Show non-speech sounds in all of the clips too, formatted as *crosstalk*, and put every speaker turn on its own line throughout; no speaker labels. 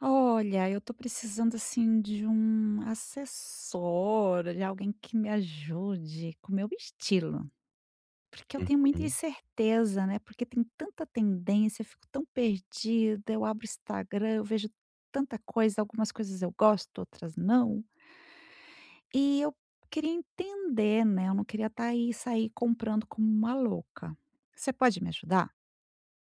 Olha, eu tô precisando assim de um assessor, de alguém que me ajude com o meu estilo, porque eu tenho muita
Uhum.
incerteza, né? Porque tem tanta tendência, eu fico tão perdida. Eu abro o Instagram, eu vejo tanta coisa, algumas coisas eu gosto, outras não. E eu queria entender, né? Eu não queria estar aí sair comprando como uma louca. Você pode me ajudar?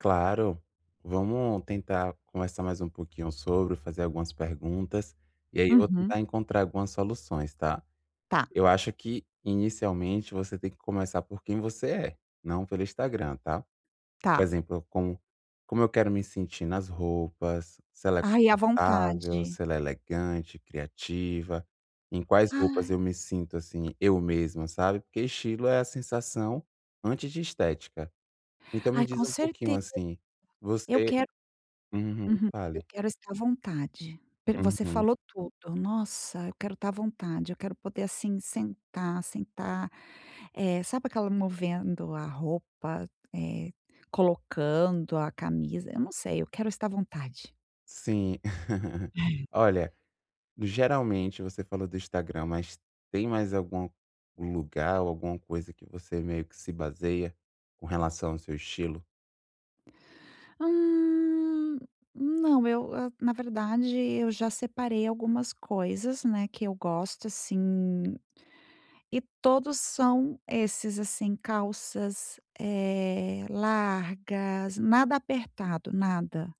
Claro. Vamos tentar conversar mais um pouquinho sobre, fazer algumas perguntas, e aí eu vou
Uhum.
tentar encontrar algumas soluções, tá?
Tá,
Eu acho que, inicialmente, você tem que começar por quem você é, não pelo Instagram, tá? Por
tá.
exemplo, como, como eu quero me sentir nas roupas, se ela é
Ai, à vontade.
confortável, se ela é elegante, criativa, em quais roupas
Ai,
eu me sinto assim, eu mesma, sabe? Porque estilo é a sensação antes de estética. Então me
ai,
diz
com
um pouquinho,
certeza.
assim,
Eu
você
quero.
uhum,
Uhum. Eu
fale.
quero estar à vontade. Per você
Uhum.
falou tudo. Nossa, eu quero estar à vontade, eu quero poder, assim, sentar, sabe aquela movendo a roupa, eh, colocando a camisa, eu não sei, eu quero estar à vontade.
Sim. *laughs* Olha, geralmente você falou do Instagram, mas tem mais algum lugar ou alguma coisa que você meio que se baseia com relação ao seu estilo?
Hum, não, eu a na verdade, eu já separei algumas coisas, né, que eu gosto, assim. E todos são esses, assim, calças, largas, nada apertado, nada.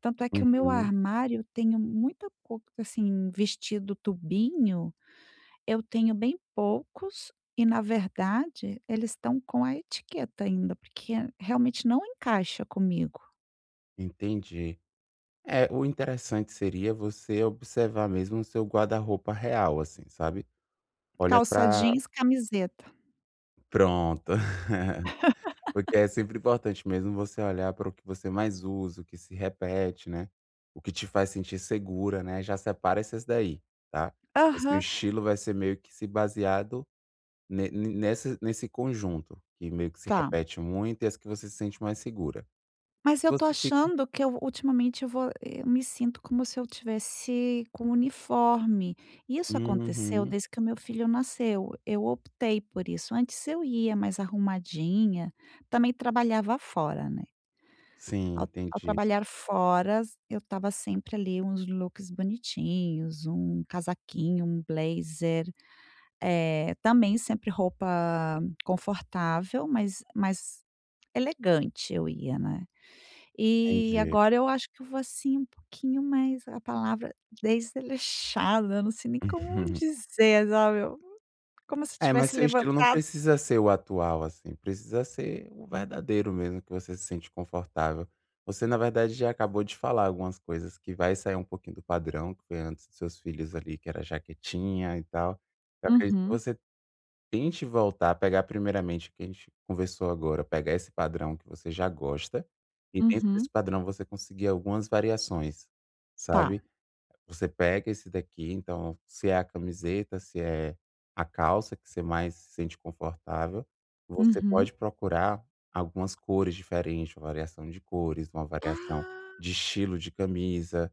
Tanto é que o meu
Uhum,
armário tenho muita pouca assim, vestido tubinho, eu tenho bem poucos e, na verdade, eles estão com a etiqueta ainda, porque realmente não encaixa comigo.
entendi. É, o interessante seria você observar mesmo o seu guarda-roupa real, assim, sabe. Olha
Calça
pra
jeans, camiseta.
pronto. *laughs* Porque é sempre importante mesmo você olhar para o que você mais usa, o que se repete, né, o que te faz sentir segura, né, já separa esses daí, tá. Esse
Aham.
estilo vai ser meio que se baseado ne nessa nesse nesse conjunto, que meio que se
Tá.
repete muito e as que você se sente mais segura. As
Mas
que
eu tô
você fica
achando que eu ultimamente eu vou eu me sinto como se eu tivesse com uniforme. Isso aconteceu
uhum.
desde que o meu filho nasceu, eu optei por isso. Antes eu ia mais arrumadinha, também trabalhava fora, né.
Sim,
Ao
entendi,
trabalhar fora, eu tava sempre ali uns looks bonitinhos, um casaquinho, um blazer, também sempre roupa confortável, mas mais elegante eu ia, né. E
entendi.
agora eu acho que eu vou, assim, um pouquinho mais a palavra desleixada, eu não sei nem como
*laughs*
dizer, sabe, eu como se eu
É, mas
tivesse
seu estilo não
levantado.
precisa ser o atual, assim, precisa ser o verdadeiro mesmo, que você se sente confortável. Você, na verdade, já acabou de falar algumas coisas que vai sair um pouquinho do padrão, que foi antes dos seus filhos ali, que era jaquetinha e tal. Eu acredito que
Uhum,
você tente voltar, pegar primeiramente o que a gente conversou agora, pegar esse padrão que você já gosta, e dentro
uhum.
desse padrão você conseguir algumas variações,
Tá.
sabe? Você pega esse daqui, então, se é a camiseta, se é a calça que você mais se sente confortável, você
Uhum.
pode procurar algumas cores diferentes, uma variação de cores, uma variação
Ah,
de estilo de camisa.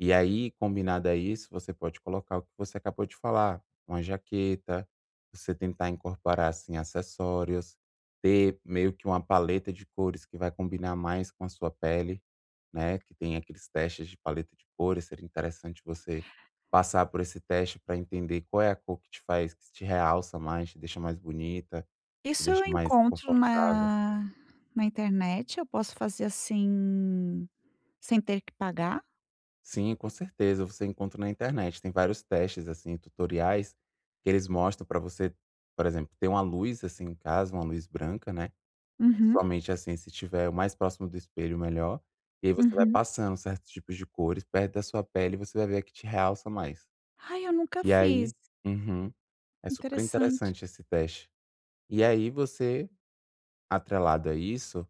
E aí, combinado a isso, você pode colocar o que você acabou de falar, uma jaqueta, você tentar incorporar assim acessórios, ter meio que uma paleta de cores que vai combinar mais com a sua pele, né, que tem aqueles testes de paleta de cores, seria interessante você passar por esse teste para entender qual é a cor que te faz que te realça mais, te deixa mais bonita, te
isso
deixa
eu
mais
encontro
confortável.
na internet, eu posso fazer, assim, sem ter que pagar?
Sim, com certeza, você encontra na internet, tem vários testes, assim, tutoriais, que eles mostram para você, por exemplo, ter uma luz, assim, em casa, uma luz branca, né,
Uhum,
principalmente, assim, se tiver o mais próximo do espelho, melhor, e aí você vai
uhum.
passando certos tipos de cores perto da sua pele e você vai ver a que te realça mais.
Ai, eu nunca
E
fiz,
aí uhum. É super
interessante.
interessante esse teste. E aí você, atrelado a isso,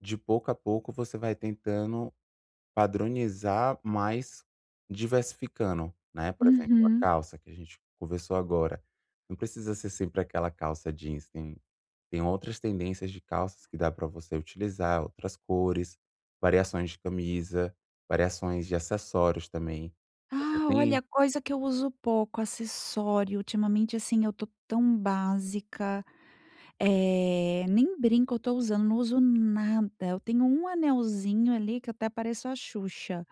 de pouco a pouco você vai tentando padronizar mais diversificando, né, por exemplo, a
Uhum.
calça que a gente conversou agora, não precisa ser sempre aquela calça jeans, tem outras tendências de calças que dá para você utilizar, outras cores, variações de camisa, variações de acessórios também. Você
Ah,
tem
olha, coisa que eu uso pouco, acessório. Ultimamente, assim, eu tô tão básica, nem brinco eu tô usando, não uso nada. Eu tenho um anelzinho ali que eu até pareço a Xuxa,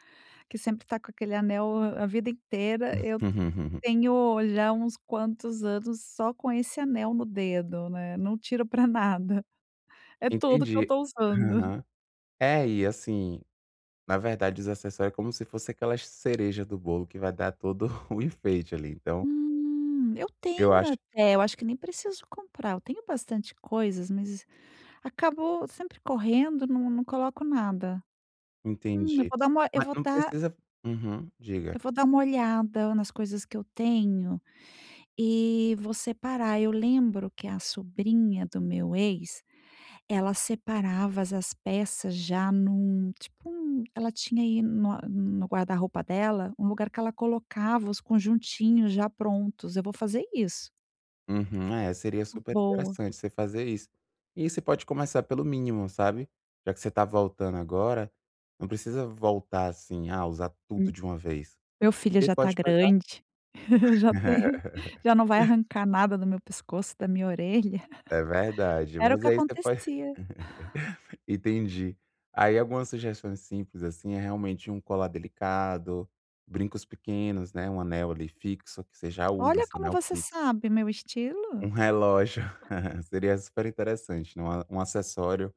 que sempre tá com aquele anel a vida inteira. Eu
*laughs*
tenho já uns quantos anos só com esse anel no dedo, né, não tiro pra nada. É tudo que eu
entendi.
tô usando.
Aham. É, e assim, na verdade, os acessórios é como se fosse aquela cereja do bolo que vai dar todo *laughs* o enfeite ali, então
Eu
eu acho
tenho até, eu acho que nem preciso comprar, eu tenho bastante coisas, mas acabou sempre correndo, não coloco nada. Hum, eu
entendi.
vou dar uma eu
Mas
vou
não
dar
precisa uhum, diga.
eu vou dar uma olhada nas coisas que eu tenho e vou separar. Eu lembro que a sobrinha do meu ex, ela separava as peças já num tipo um ela tinha aí no guarda-roupa dela, um lugar que ela colocava os conjuntinhos já prontos, eu vou fazer isso.
Uhum, é, seria super
Boa.
interessante você fazer isso. E você pode começar pelo mínimo, sabe. Já que você tá voltando agora, não precisa voltar assim, ah, usar tudo
Hum,
de uma vez.
meu filho
Você
já tá
pode pegar
grande, *laughs* já tem
*laughs*
já não vai arrancar nada do meu pescoço, da minha orelha.
é verdade,
Era o
mas
que
aí você pode
acontecia.
entendi. Aí algumas sugestões simples, assim, é realmente um colar delicado, brincos pequenos, né, um anel ali fixo, que você já usa
"Olha
esse
como
anel
você
fixo,
sabe meu estilo".
um relógio, *laughs* seria super interessante, né, um a um acessório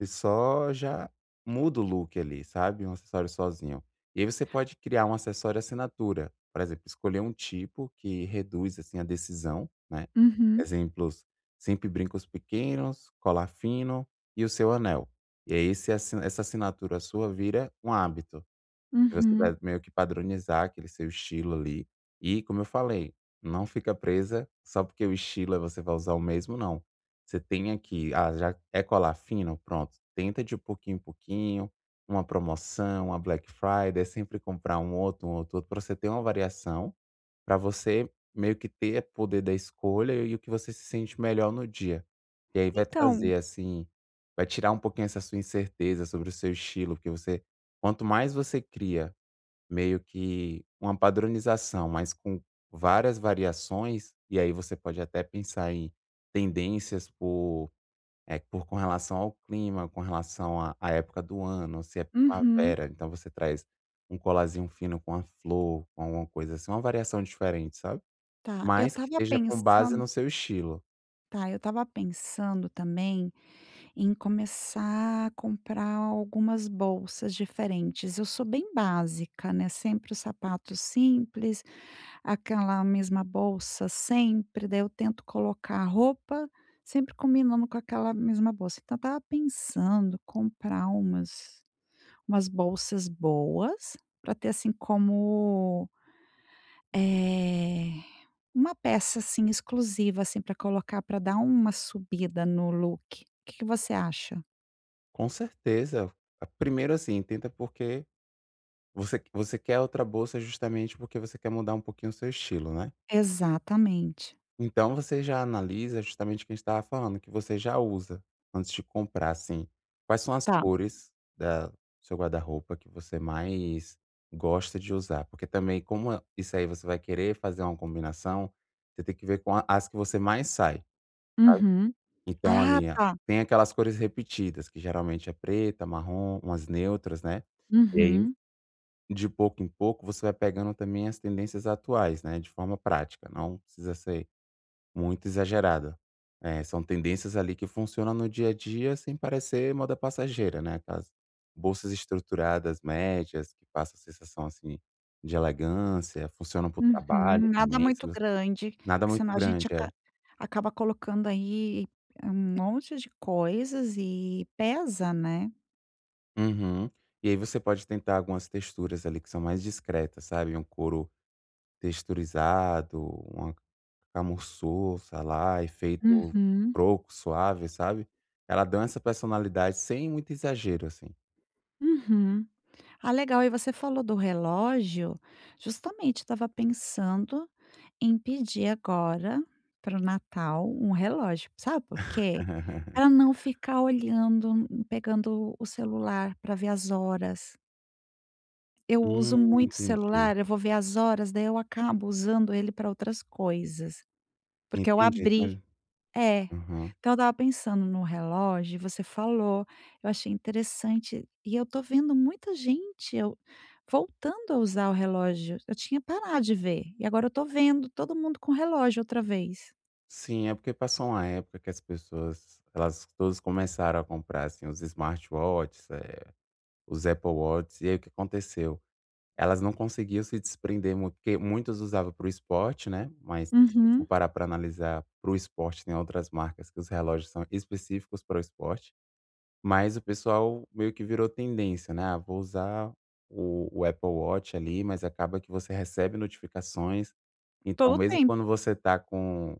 e só já muda o look ali, sabe, um acessório sozinho. E aí você pode criar um acessório assinatura, por exemplo, escolher um tipo que reduz, assim, a decisão, né.
Uhum,
Exemplos, sempre brincos pequenos, colar fino e o seu anel. E aí esse assi essa assinatura sua vira um hábito. E você
uhum.
vai meio que padronizar aquele seu estilo ali. E, como eu falei, não fica presa só porque o estilo é você vai usar o mesmo, não. Você tem aqui, ah, já é colar fino? Pronto. Tenta de pouquinho em pouquinho, uma promoção, uma Black Friday, sempre comprar um outro, outro, para você ter uma variação, para você meio que ter poder da escolha e o que você se sente melhor no dia. E aí vai
Então
trazer, assim, vai tirar um pouquinho essa sua incerteza sobre o seu estilo, porque você, quanto mais você cria meio que uma padronização, mas com várias variações, e aí você pode até pensar em tendências por por com relação ao clima, com relação à época do ano, se é
uhum.
primavera, então você traz um colarzinho fino com a flor, com alguma coisa assim, uma variação diferente, sabe.
Tá, eu
Mas que
estava
esteja com base
pensando
no seu estilo.
tá, eu estava pensando também em começar a comprar algumas bolsas diferentes. Eu sou bem básica, né, sempre os sapatos simples, aquela mesma bolsa sempre, daí eu tento colocar a roupa, sempre combinando com aquela mesma bolsa. Então eu estava pensando comprar umas bolsas boas, para ter, assim, como, eh, uma peça, assim, exclusiva, assim, para colocar para dar uma subida no look. O que que você acha?
Com certeza. Primeiro, assim, tenta porque você quer outra bolsa justamente porque você quer mudar um pouquinho o seu estilo, né.
Exatamente.
Então você já analisa justamente o que a gente estava falando, que você já usa antes de comprar, assim. Quais são as
Tá.
cores da do seu guarda-roupa que você mais gosta de usar? Porque também, como é isso aí você vai querer fazer uma combinação, você tem que ver com a as que você mais sai, sabe.
Uhum.
Então
Ah,
ali, ah,
tá.
tem aquelas cores repetidas, que geralmente é preta, marrom, umas neutras, né. E aí,
Uhum.
de pouco em pouco, você vai pegando também as tendências atuais, né, de forma prática, não precisa ser muito exagerada. É, são tendências ali que funcionam no dia a dia sem parecer moda passageira, né? Aquelas bolsas estruturadas médias que passam a sensação assim de elegância, funcionam para o trabalho
Uhum, nada
também, se
muito
você
grande,
nada
que
muito
senão a gente
grande, é.
acaba colocando aí um monte de coisas e pesa, né.
Uhum. E aí você pode tentar algumas texturas ali que são mais discretas, sabe? Um couro texturizado, uma camurça lá, efeito
Uhum,
croco, suave, sabe? Ela dá essa personalidade sem muito exagero, assim.
uhum. Ah, legal, e você falou do relógio, justamente estava pensando em pedir agora, para o Natal, um relógio, sabe por quê?
*laughs*
Pra não ficar olhando, pegando o celular para ver as horas. Eu uso
Hum,
muito o
entendi.
celular, eu vou ver as horas, daí eu acabo usando ele para outras coisas, porque eu
Entendi,
abri
olha
é.
aham.
Então eu estava pensando no relógio, você falou, eu achei interessante, e eu tô vendo muita gente eu voltando a usar o relógio, eu tinha parado de ver, e agora eu tô vendo todo mundo com relógio outra vez.
Sim, é porque passou uma época que as pessoas, elas todas começaram a comprar, assim, os smartwatches, os Apple Watches, e aí o que aconteceu? Elas não conseguiam se desprender muito, porque muitas usavam para o esporte, né, mas se for
Uhum,
parar para analisar, para o esporte tem outras marcas que os relógios são específicos para o esporte. Mas o pessoal meio que virou tendência, né, ah, vou usar o Apple Watch ali, mas acaba que você recebe notificações, então
todo o
mesmo
tempo.
quando você está com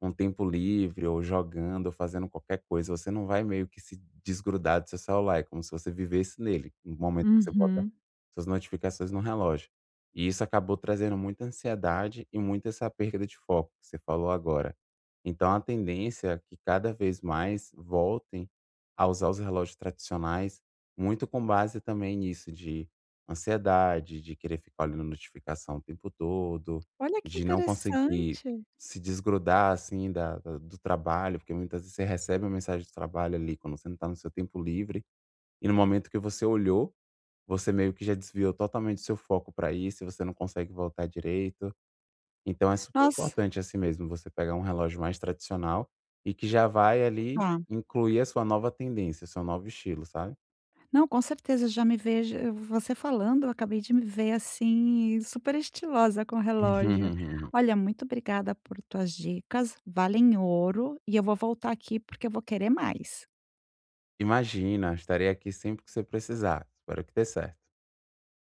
um tempo livre ou jogando ou fazendo qualquer coisa, você não vai meio que se desgrudar do seu celular, é como se você vivesse nele, no momento que você bota
Uhum.
suas notificações no relógio. E isso acabou trazendo muita ansiedade e muita essa perda de foco que você falou agora. Então a tendência é que cada vez mais voltem a usar os relógios tradicionais, muito com base também nisso de ansiedade, de querer ficar olhando notificação o tempo todo,
Olha que
de não conseguir
interessante.
se desgrudar, assim, da do trabalho, porque muitas vezes você recebe uma mensagem do trabalho ali quando você não está no seu tempo livre, e no momento que você olhou, você meio que já desviou totalmente seu foco para isso e você não consegue voltar direito. Então é super
Nossa.
importante, assim mesmo, você pegar um relógio mais tradicional e que já vai ali
Tá.
incluir a sua nova tendência, o seu novo estilo, sabe.
Não, com certeza, já me vejo você falando, eu acabei de me ver, assim, super estilosa com relógio.
*laughs*
Olha, muito obrigada por tuas dicas, valem ouro, e eu vou voltar aqui porque eu vou querer mais.
Imagina, estarei aqui sempre que você precisar. Espero que dê certo.